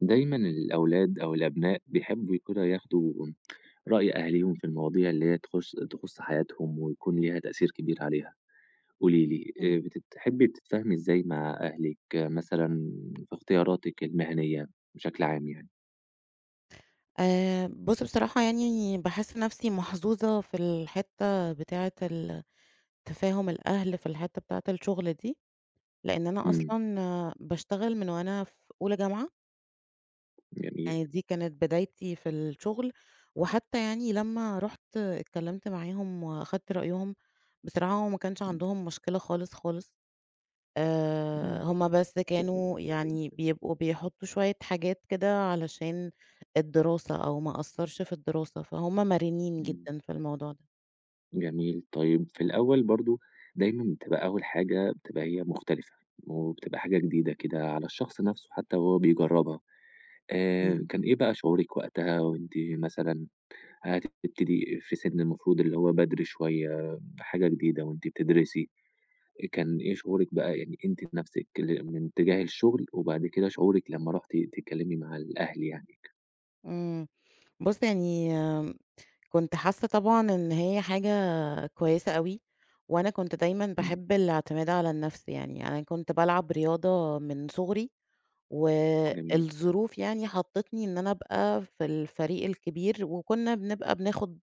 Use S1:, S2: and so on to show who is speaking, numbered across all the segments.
S1: دايمًا الأولاد أو الأبناء بيحبّوا كده ياخدوا رأي أهاليهم في المواضيع اللي هي تخُص حياتهم ويكون ليها تأثير كبير عليها، قولي لي
S2: إمم.
S1: بتتحبّي تتفاهمي إزاي مع أهلِك آه، مثلًا في اختياراتِك المهنية بشكل عام يعني؟
S2: بُص، بصراحة يعني باحس نَفْسي محظوظة في الحتّة بتاعة تفاهم الأهل في الحتّة بتاعة الشغل دي، لإن أنا
S1: إمم،
S2: أصلًا باشتغل من وأنا في أولى جامعة،
S1: جميل،
S2: يعني دي كانت بدايتي في الشغل، وحتّى يعني لمّا رُحت اتكلّمت معاهم وأخدت رأيهم. بصراحة هو ما كانش
S1: إمم،
S2: عندهم مشكلة خالص، خالص.
S1: إمم،
S2: هم بس كانوا يعني بيبقوا بيحطّوا شوية حاجات كده علشان الدراسة أو ما أأثّرش في الدراسة، فهُم مرنين
S1: إمم،
S2: جدًا في الموضوع ده.
S1: جميل، طيب في الأول برضه دايمًا بتبقى أول حاجة بتبقى هي مختلفة وبتبقى حاجة جديدة كده على الشخص نَفْسه حتى وهو بيجرّبها،
S2: إمم.
S1: كان إيه بقى شعورِك وقتها وأنتِ مثلًا هتبتدي في سن المفروض اللي هو بدري شوية، حاجة جديدة وأنتِ بتدرسي، كان إيه شعورِك بقى يعني أنتِ نفسِك من تجاه الشغل، وبعد كده شعورِك لمّا رُحتِ تتكلمي مع الأهل يعني؟
S2: إمم. بُص، يعني كنت حاسّة طبعًا إن هي حاجة كويسة أوي، وأنا كنت دايمًا
S1: إمم،
S2: باحب الاعتماد على النَفْس يعني. أنا كنت بالعب رياضة من صُغري،
S1: جميل،
S2: والظروف يعني حطّتني إن أنا أبقى في الفريق الكبير، وكُنّا بنبقى بناخُد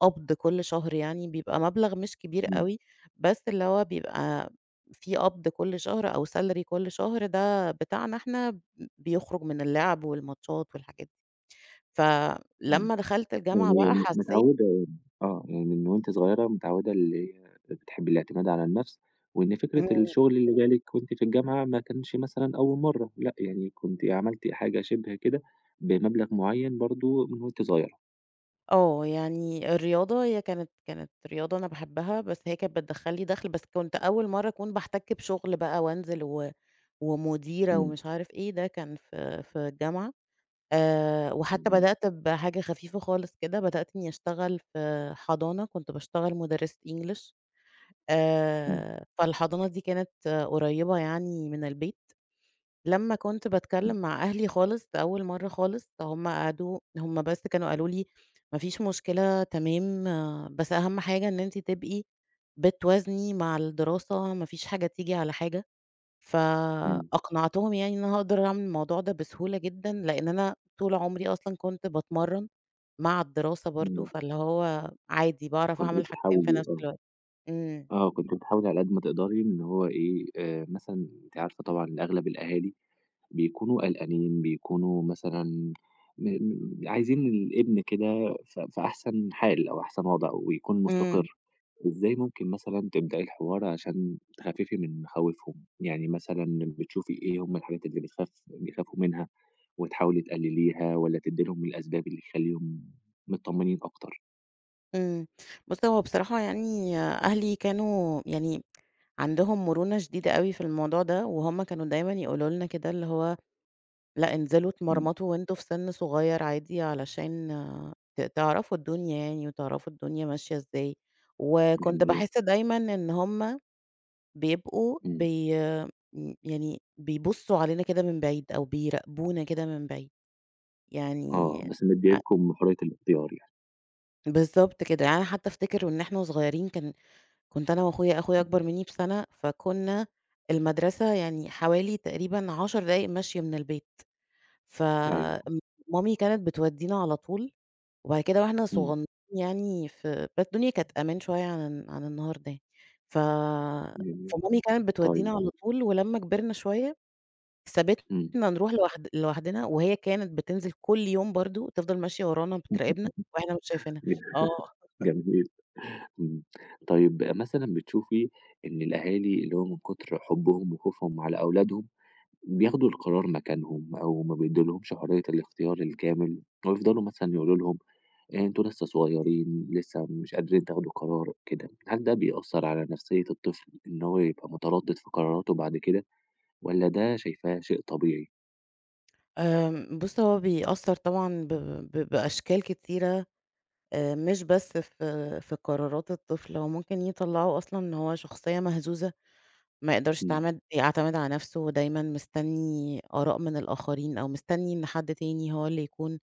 S2: قبض كل شهر، يعني بيبقى مبلغ مش كبير
S1: إمم،
S2: أوي، بس اللي هو بيبقى في قبض كل شهر أو salary كل شهر ده بتاعنا إحنا بيخرج من اللعب والماتشات والحاجات دي.
S1: إمم،
S2: فلمّا دخلت الجامعة
S1: يعني
S2: بقى حسيت
S1: متعودة. آه، يعني من وأنتِ صغيرة متعودة اللي هي بتحبي الاعتماد على النفس، وإن فكرة
S2: إمم،
S1: الشغل اللي جالِك وأنتِ في الجامعة ما كانش مثلًا أول مرة، لأ يعني كنتِ عملتِ حاجة شِبه كده بمبلغ معين برضه من وأنتِ صغيرة.
S2: آه، يعني الرياضة هي كانت رياضة أنا باحبها، بس هي كانت بتدخّل لي دخل، بس كنت أول مرّة أكون باحتك بشغل بقى وانزل و ومديرة
S1: إمم،
S2: ومش عارف إيه، ده كان في الجامعة. وحتى
S1: إمم.
S2: بدأت بحاجة خفيفة خالص كده، بدأت إنّي أشتغل في حضانة، كنت باشتغل مُدرّسة English.
S1: إمم،
S2: فالحضانة دي كانت آه، قريّبة يعني من البيت. لمّا كنت
S1: إمم،
S2: باتكلّم مع أهلي خالص لأول مرّة خالص، هم بس كانوا قالوا لي: "ما فيش مشكلة تمام، آه، بس أهَم حاجة إن أنتِ تبقي بتوازني مع الدراسة، ما فيش حاجة تيجي على حاجة."
S1: إمم،
S2: فأقنعتهم يعني إن أنا هاقدر أعمل الموضوع ده بسهولة جدًا، لإن أنا طول عمري أصلًا كنت باتمرّن مع الدراسة برضه،
S1: إمم،
S2: فاللي هو عادي باعرف
S1: كنتِ
S2: أعمل حاجتين في
S1: بتحاولي
S2: نفس
S1: آه،
S2: الوقت. إمم،
S1: آه، كنتِ بتحاولي على قد ما تقدري إن هو إيه، مثلًا أنتِ عارفة طبعًا أغلب الأهالي بيكونوا قلقانين، بيكونوا مثلًا م م عايزين الابن كده في أحسن حال أو أحسن وضع ويكون
S2: إمم،
S1: مستقر، إزاي ممكن مثلًا تبدأي الحوار عشان تخففي من مخاوفهم؟ يعني مثلًا بتشوفي إيه هم الحاجات اللي بتخاف بيخافوا منها وتحاولي تقلليها والّا تدّي لهم الأسباب اللي تخلّيهم متطمنين أكتر؟
S2: إمم. بُص، هو بصراحة يعني أهلي كانوا يعني عندهم مرونة شديدة أوي في الموضوع ده، وهُم كانوا دايمًا يقولوا لنا كده اللي هو لأ، انزلوا
S1: إمم.
S2: اتمرمطوا وأنتم في سِن صغير عادي علشان تعرفوا الدنيا يعني وتعرفوا الدنيا ماشية إزاي. وكنت
S1: جميل،
S2: باحس دايمًا إن هُم بيبقوا
S1: إمم،
S2: بي م يعني بيبُصّوا علينا كده من بعيد أو بيراقبونا كده من بعيد،
S1: آه،
S2: يعني
S1: بس مدّية
S2: أ
S1: لكم حرية الاختيار يعني،
S2: بالضبط كده. يعني أنا حتى أفتكر وإن إحنا صغيرين كان كنت أنا وأخويا، أخويا
S1: إمم،
S2: أكبر منّي بسَنة، فكنا المدرسة يعني حوالي تقريبًا 10 دقايق مشي من البيت، ف
S1: أيوه،
S2: م مامي كانت بتودّينا على طول، وبعد كده وإحنا
S1: إمم،
S2: صغنّين يعني بس الدنيا كانت أمان شوية عن النهارده يعني، ف
S1: جميل،
S2: فمامي كانت بتودّينا
S1: طيب،
S2: على طول، ولمّا كبرنا شوية ثبتنا
S1: إمم،
S2: نروح لوحدنا، وهي كانت بتنزل كل يوم برضه، تفضل ماشية ورانا بتراقبنا وإحنا مش شايفينها. آه،
S1: جميل، إمم، طيب مثلًا بتشوفي إن الأهالي اللي هو من كتر حُبهم وخوفهم على أولادهم، بياخدوا القرار مكانهم أو ما بيدّولهمش حرية الاختيار الكامل، ويفضلوا مثلًا يقولوا لهم أنتم لسه صغيرين، لسه مش قادرين تاخدوا قرار كده، هل ده بيأثّر على نفسية الطفل إن هو يبقى متردد في قراراته بعد كده، والّا ده شايفاه شيء طبيعي؟
S2: آمم، بُص هو بيأثّر طبعًا ب بأشكال كتيرة. مش بس في قرارات الطفل، هو ممكن يطلّعه أصلًا إن هو شخصية مهزوزة، ما يقدرش
S1: إمم،
S2: يعتمد على نفسه، ودايمًا مستني آراء من الآخرين، أو مستني إن حد تاني هو اللي يكون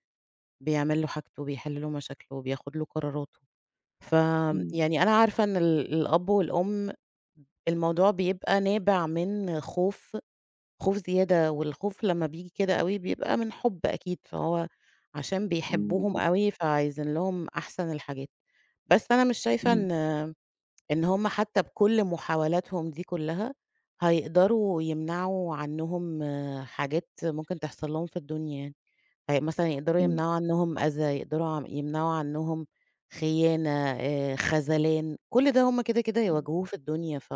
S2: بيعمل له حاجته، بيحل له مشاكله، بياخد له قراراته. فآمم،
S1: إمم،
S2: يعني أنا عارفة إن الأب والأم الموضوع بيبقى نابع من خوف، خوف زيادة، والخوف لمّا بييجي كده أوي بيبقى من حُب أكيد، فهو عشان
S1: إمم،
S2: بيحبّوهم
S1: بالضبط،
S2: أوي فعايزين لهم أحسن الحاجات، بس أنا مش شايفة
S1: إمم،
S2: إن هُم حتى بكل محاولاتهم دي كلّها هيقدروا يمنعوا عنّهم آه، حاجات ممكن تحصل لهم في الدنيا يعني. هي مثلًا يقدروا
S1: إمم،
S2: يمنعوا عنّهم أذى، يقدروا عم يمنعوا عنّهم خيانة، خذلان، كل ده هُم كده، كده
S1: إمم،
S2: هيواجهوه في الدنيا ف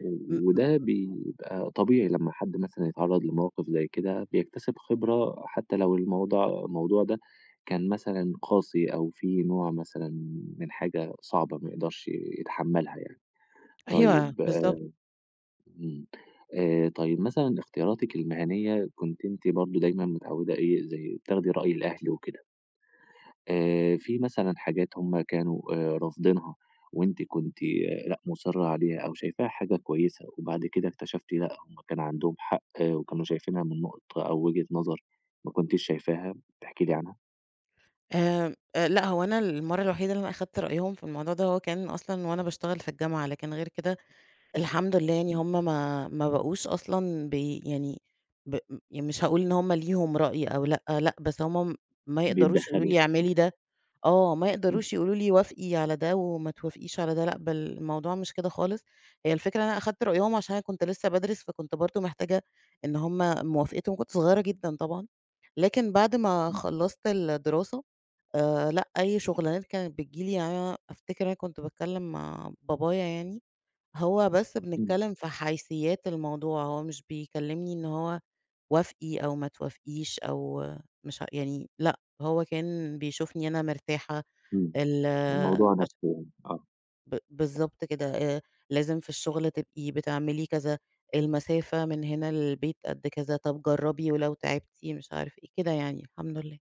S1: و
S2: م
S1: وده بيبقى طبيعي لمّا حد مثلًا يتعرّض لمواقف زي كده، بيكتسب خبرة حتى لو الموضوع ده كان مثلًا قاسي أو فيه نوع مثلًا من حاجة صعبة ما يقدرش يتحمّلها يعني.
S2: أيوه
S1: طيب
S2: بالضبط.
S1: إمم، طيب مثلًا اختياراتِك المهنية كنتِ أنتِ برضه دايمًا متعوّدة إيه، زي بتاخدي رأي الأهل وكده. في مثلًا حاجات هم كانوا رافضينها وأنتِ كنتِ لأ مُصرّة عليها أو شايفاها حاجة كويسة، وبعد كده اكتشفتِ لأ هم كان عندهم حق آه، وكانوا شايفينها من نقطة أو وجهة نظر ما كنتيش شايفاها، تحكي لي عنها؟
S2: آمم، لأ هو أنا المَرّة الوحيدة اللي أنا أخدت رأيهم في الموضوع ده هو كان أصلًا وأنا باشتغل في الجامعة، لكن غير كده الحمد لله يعني
S1: إمم،
S2: هم ما بقوش أصلًا بي يعني ب م مش هاقول إن هم ليهم رأي أو لأ، لأ، بس هم م ما يقدروش يقولوا
S1: بيتدخّلوا
S2: لي
S1: يعني،
S2: اعملي ده آه، ما
S1: إمم،
S2: يقدروش يقولوا لي وافقي على ده وما توافقيش على ده، لأ، بل الموضوع مش كده خالص. هي الفكرة إن أنا أخدت رأيهم عشان أنا كنت لسه بادرس، فكنت برضه محتاجة إن هم موافقتهم كنت صغيرة جدًا طبعًا، لكن بعد ما
S1: إمم،
S2: خلّصت الدراسة لأ، أي شغلانات كانت بتيجي لي، يعني أنا أفتكر أنا كنت باتكلم مع بابايا يعني، هو بس
S1: إمم،
S2: بنتكلم في حيثيات الموضوع، هو مش بيكلمني إن هو وافقي أو ما توافقيش أو مش ع يعني لأ، هو كان بيشوفني أنا مرتاحة
S1: إمم،
S2: ال
S1: الموضوع
S2: عش
S1: نفسهم، آه،
S2: ب بالضبط كده. لازم في الشغل تبقي بتعملي كذا، المسافة من هنا للبيت قد كذا، طب جرّبي ولو تعبتِ مش عارف إيه، كده يعني الحمد لله.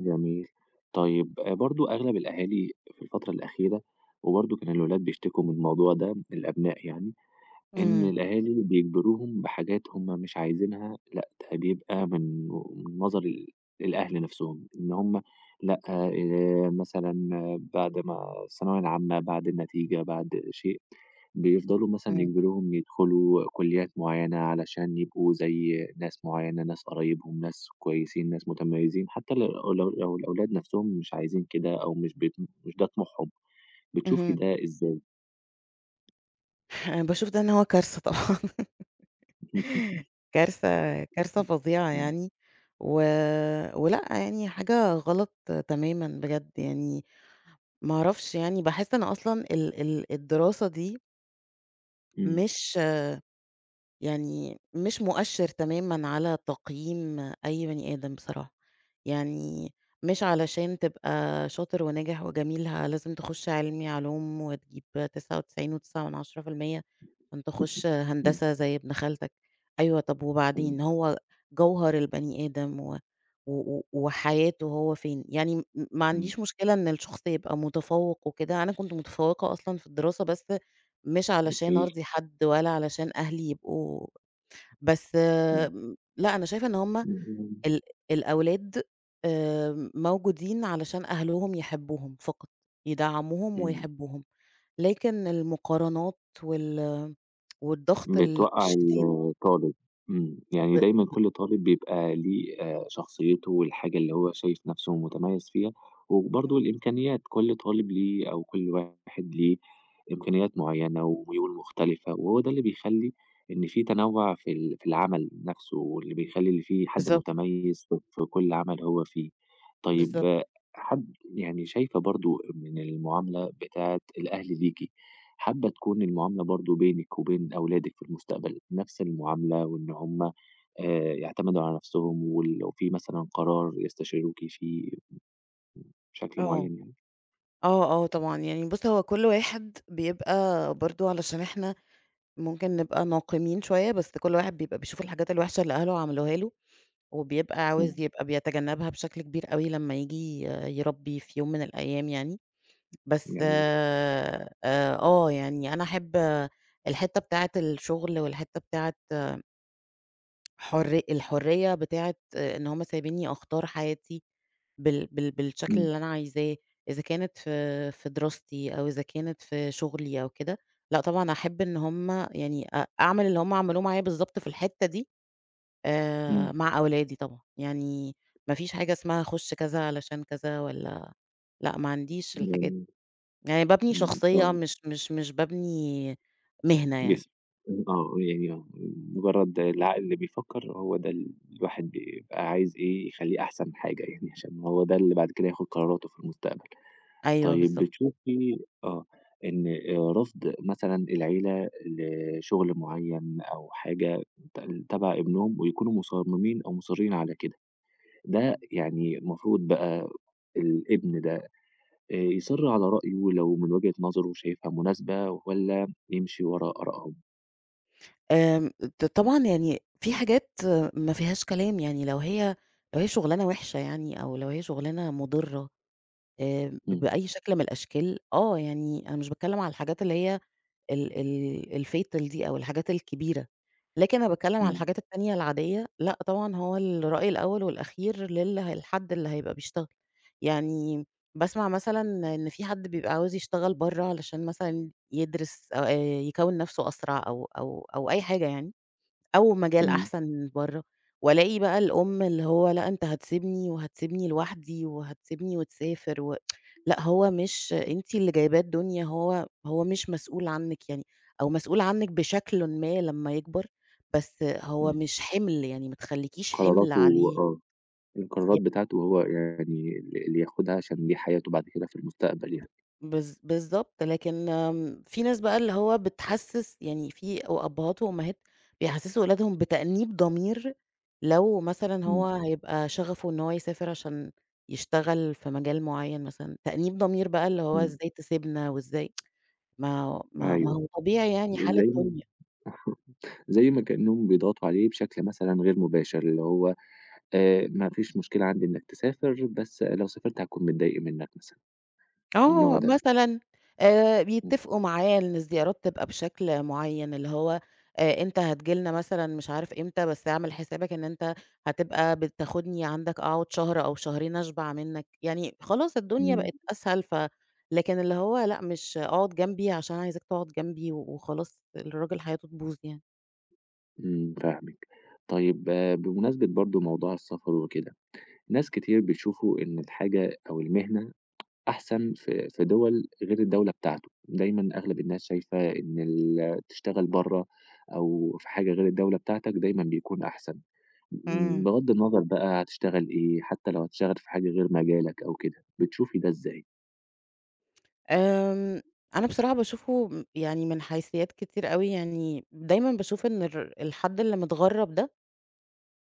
S1: جميل. طيب برضه أغلب الأهالي في الفترة الأخيرة وبرضه كان الولاد بيشتكوا من الموضوع ده، الأبناء يعني إن
S2: إمم،
S1: الأهالي بيجبروهم بحاجات هم مش عايزينها، لأ ده بيبقى من نظر الأهل نَفْسهم، إن هم لأ مثلًا آه، بعد ما الثانوية العامة، بعد النتيجة، بعد شيء، بيفضلوا مثلًا
S2: إمم،
S1: يجبروهم يدخلوا كُلّيات معيّنة علشان يبقوا زي ناس معيّنة، ناس قرايبهم، ناس كويسين، ناس متميّزين، حتى لو الأولاد نَفْسهم مش عايزين كده أو مش مش ده طموحهم، بتشوفي
S2: اهم.
S1: ده إزاي؟
S2: أنا باشوف ده إن هو كارثة طبعًا. كارثة كارثة فظيعة
S1: إمم،
S2: يعني، و ولأ يعني حاجة غلط تمامًا بجد يعني. ما أعرفش يعني باحس أنا أصلًا ال الدراسة دي
S1: إمم.
S2: مش يعني مش مؤشِّر تمامًا على تقييم أي بني آدم بصراحة. يعني مش علشان تبقى شاطر وناجح وجميل لازم تخُش علمي علوم وتجيب 99.9% عشان
S1: إمم،
S2: تخُش
S1: إمم،
S2: هندسة زي ابن خالتك. أيوه طَب
S1: إمم،
S2: وبعدين هو جوهر البني آدم و و و- وحياته هو فين، يعني ما
S1: إمم،
S2: عنديش مشكلة إن الشخص يبقى متفوّق وكده، أنا كنت متفوّقة أصلًا في الدراسة بس مش علشان
S1: جميل،
S2: أرضي حد ولا علشان أهلي يبقوا بس
S1: إمم،
S2: آمم، لأ أنا شايفة إن هُم
S1: إمم،
S2: ال الأولاد موجودين علشان أهلهم يحبوهم فقط، يدعموهم
S1: إمم،
S2: ويحبوهم، لكن المقارنات والضغط
S1: بتوقّع
S2: الشديد
S1: الطالب، إمم، يعني
S2: ب
S1: دايمًا كل طالب بيبقى ليه شخصيته والحاجة اللي هو شايف نَفْسه متميّز فيها، وبرضه
S2: إمم،
S1: الإمكانيات، كل طالب ليه أو كل واحد ليه إمكانيات معيّنة وميول مختلفة، وهو ده اللي بيخلّي إن في تنوُع في في العمل نَفْسه، واللي بيخلّي اللي فيه حد
S2: بالضبط،
S1: متميّز في كل عمل هو فيه. طيب
S2: بالضبط،
S1: آه، حد يعني شايفة برضه من المعاملة بتاعة الأهل ليكِ حابة تكون المعاملة برضه بينِك وبين أولادِك في المستقبل نفس المعاملة، وإن هُم يعتمدوا على نفسهم، لو في مثلًا قرار يستشيروكِ فيه بشكل
S2: آه،
S1: معين يعني؟
S2: آه، آه طبعًا. يعني بُص هو كل واحد بيبقى برضه علشان إحنا ممكن نبقى ناقمين شوية، بس كل واحد بيبقى بيشوف الحاجات الوحشة اللي أهله عملوها له وبيبقى
S1: إمم،
S2: عاوز يبقى بيتجنبها بشكل كبير أوي لمّا ييجي يربّي في يوم من الأيام يعني. بس
S1: جميل.
S2: آه، آه، يعني أنا أحب الحتّة بتاعة الشغل والحتّة بتاعة الحرية بتاعة إن هُم سايبينّي أختار حياتي بال بال بالشكل
S1: إمم،
S2: اللي أنا عايزاه، إذا كانت في دراستي أو إذا كانت في شغلي أو كده. لأ طبعًا أحب إن هُم يعني أعمل اللي هُم عملوه معايا بالضبط في الحتّة دي
S1: إمم،
S2: مع أولادي طبعًا. يعني ما فيش حاجة اسمها أخُش كذا علشان كذا والّا لأ، ما عنديش الحاجات دي،
S1: جميل،
S2: يعني بابني
S1: إمم،
S2: شخصية
S1: طيب
S2: مش بابني مهنة يعني.
S1: جسم. إمم، آه، يعني آه، مجرد العقل اللي بيفكّر هو ده الواحد بيبقى عايز إيه، يخلّيه أحسن حاجة يعني، عشان هو ده اللي بعد كده ياخد قراراته في المستقبل.
S2: أيوه
S1: طيب
S2: بالضبط.
S1: بتشوفي آه، إن رفض مثلًا العيلة لشغل معيّن أو حاجة ت تبع ابنهم ويكونوا مصممين أو مُصرّين على كده، ده يعني المفروض بقى الابن ده يصِر على رأيه لو من وجهة نظره شايفها مناسبة والّا يمشي ورا آرائهم؟
S2: آمم ط طبعًا يعني في حاجات آه، ما فيهاش كلام يعني لو هي شغلانة وِحشة يعني أو لو هي شغلانة مُضرة
S1: إمم،
S2: بأي شكل من الأشكال. آه، يعني أنا مش باتكلم على الحاجات اللي هي ال الfatal دي أو الحاجات الكبيرة، لكن أنا باتكلّم على
S1: إمم،
S2: الحاجات التانية العادية، لأ طبعًا هو الرأي الأول والأخير الحد اللي هيبقى بيشتغل يعني. باسمع مثلًا إن في حد بيبقى عاوز يشتغل برّه علشان مثلًا يدرس أو يكوّن نَفْسه أسرع أو أي حاجة يعني. أو مجال
S1: إمم،
S2: أحسن من برّه، والاقي بقى الأم اللي هو لأ أنت هتسيبني وهتسيبني لوحدي وهتسيبني وتسافر و لأ هو مش أنتِ اللي جايباه الدنيا، هو مش مسؤول عنِّك يعني، أو مسؤول عنِّك بشكلٍ ما لمّا يكبر، بس هو
S1: إمم،
S2: مش حِمل، يعني ما تخلّيكيش حِمل
S1: قراراته
S2: عليه.
S1: آه، القرارات بتاعته هو يعني اللي ياخدها عشان دي حياته بعد كده في المستقبل
S2: ب
S1: يعني.
S2: بالض بالضبط، لكن آمم، في ناس بقى اللي هو بتحسِّس يعني في أو أبّهات وأمهات بيحسِّسوا ولادهم بتأنيب ضمير لو مثلًا هو
S1: إمم،
S2: هيبقى شغفه إن هو يسافر عشان يشتغل في مجال معيّن مثلًا، تأنيب ضمير بقى اللي هو
S1: إمم،
S2: إزاي تسيبنا وإزاي ما
S1: أيوه،
S2: هو طبيعي يعني حال
S1: زي
S2: الدنيا.
S1: زي ما كأنهم بيضغطوا عليه بشكل مثلًا غير مباشر، اللي هو ما فيش مشكلة عندي إنك تسافر، بس لو سافرت هاكون متضايق منك مثلًا، النوع
S2: آه،
S1: ده.
S2: مثلًا
S1: إمم،
S2: بيتفقوا معاه إن الزيارات تبقى بشكل معيّن، اللي هو أنت هتيجي لنا مثلًا مش عارف إمتى، بس اعمل حسابك إن أنت هتبقى بتاخدني عندك أقعد شهر أو شهرين أشبع منك، يعني خلاص الدنيا
S1: إمم،
S2: بقت أسهل لكن اللي هو لأ، مش اقعد جنبي عشان عايزاك تقعد جنبي و- وخلاص الراجل حياته تبوظ يعني.
S1: إمم، فاهمِك. طيب آه، بمناسبة برضه موضوع السفر وكده، ناس كتير بيشوفوا إن الحاجة أو المهنة أحسن في دول غير الدولة بتاعته، دايمًا أغلب الناس شايفة إن ال تشتغل برّه أو في حاجة غير الدولة بتاعتك دايمًا بيكون أحسن. إمم،
S2: إمم.
S1: بغض النظر بقى هتشتغل إيه، حتى لو هتشتغل في حاجة غير مجالك أو كده، بتشوفي ده إزاي؟
S2: آمم، أنا بصراحة باشوفه يعني من حيثيات كتير أوي. يعني دايمًا باشوف إن الحد اللي متغرّب ده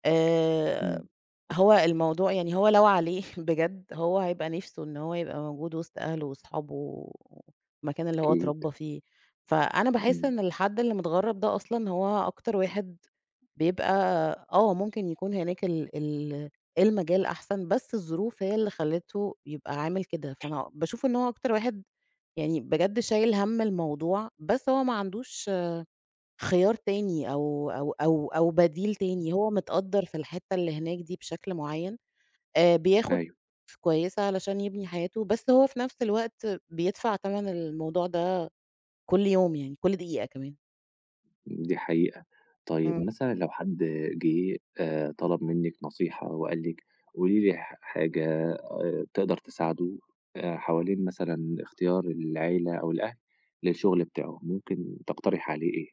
S2: آآ
S1: إمم،
S2: هو الموضوع يعني هو لو عليه بجد هو هيبقى نِفْسه إن هو يبقى موجود وسط أهله وأصحابه والمكان اللي هو
S1: أكيد،
S2: اتربّى فيه. فأنا باحس
S1: إمم،
S2: إن الحد اللي متغرّب ده أصلًا هو أكتر واحد بيبقى آه، ممكن يكون هناك ال المجال أحسن، بس الظروف هي اللي خلّته يبقى عامل كده. فأنا باشوف إن هو أكتر واحد يعني بجد شايل هَم الموضوع، بس هو ما عندوش خيار تاني أو بديل تاني، هو متقدّر في الحتّة اللي هناك دي بشكل معيّن، بياخد
S1: أيوه،
S2: فلوس كويسة علشان يبني حياته، بس هو في نفس الوقت بيدفع تمن الموضوع ده كل يوم يعني، كل دقيقة كمان.
S1: دي حقيقة. طيب
S2: إمم.
S1: مثلًا لو حد جه طلب منِّك نصيحة وقال لِك قولي لي حاجة تقدر تساعده حوالين مثلًا اختيار العيلة أو الأهل للشغل بتاعه، ممكن تقترحي عليه إيه؟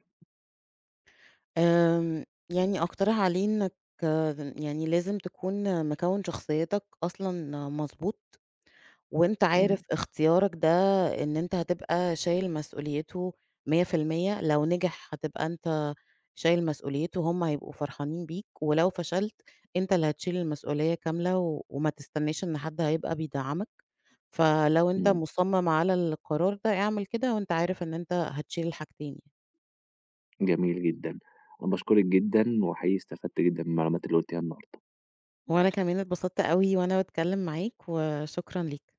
S2: آمم يعني أقترح عليه إنك آه، يعني لازم تكون مكوِّن شخصيتك أصلًا مضبوط. وأنت
S1: إمم،
S2: عارف اختيارك ده إن أنت هتبقى شايل مسؤوليته 100% لو نجح هتبقى أنت شايل مسؤوليته، هم هيبقوا فرحانين بيك، ولو فشلت أنت اللي هتشيل المسؤولية كاملة وما تستناش إن حد هيبقى بيدعمك. فلو أنت
S1: إمم،
S2: مصمم على القرار ده اعمل كده وأنت عارف إن أنت هتشيل الحاجتين يعني.
S1: جميل جدًا. أنا باشكرِك جدًا وحقيقي استفدت جدًا من المعلومات اللي قُلتيها النهارده.
S2: وأنا كمان اتبسطت أوي وأنا باتكلم معاك، وشكرًا ليك.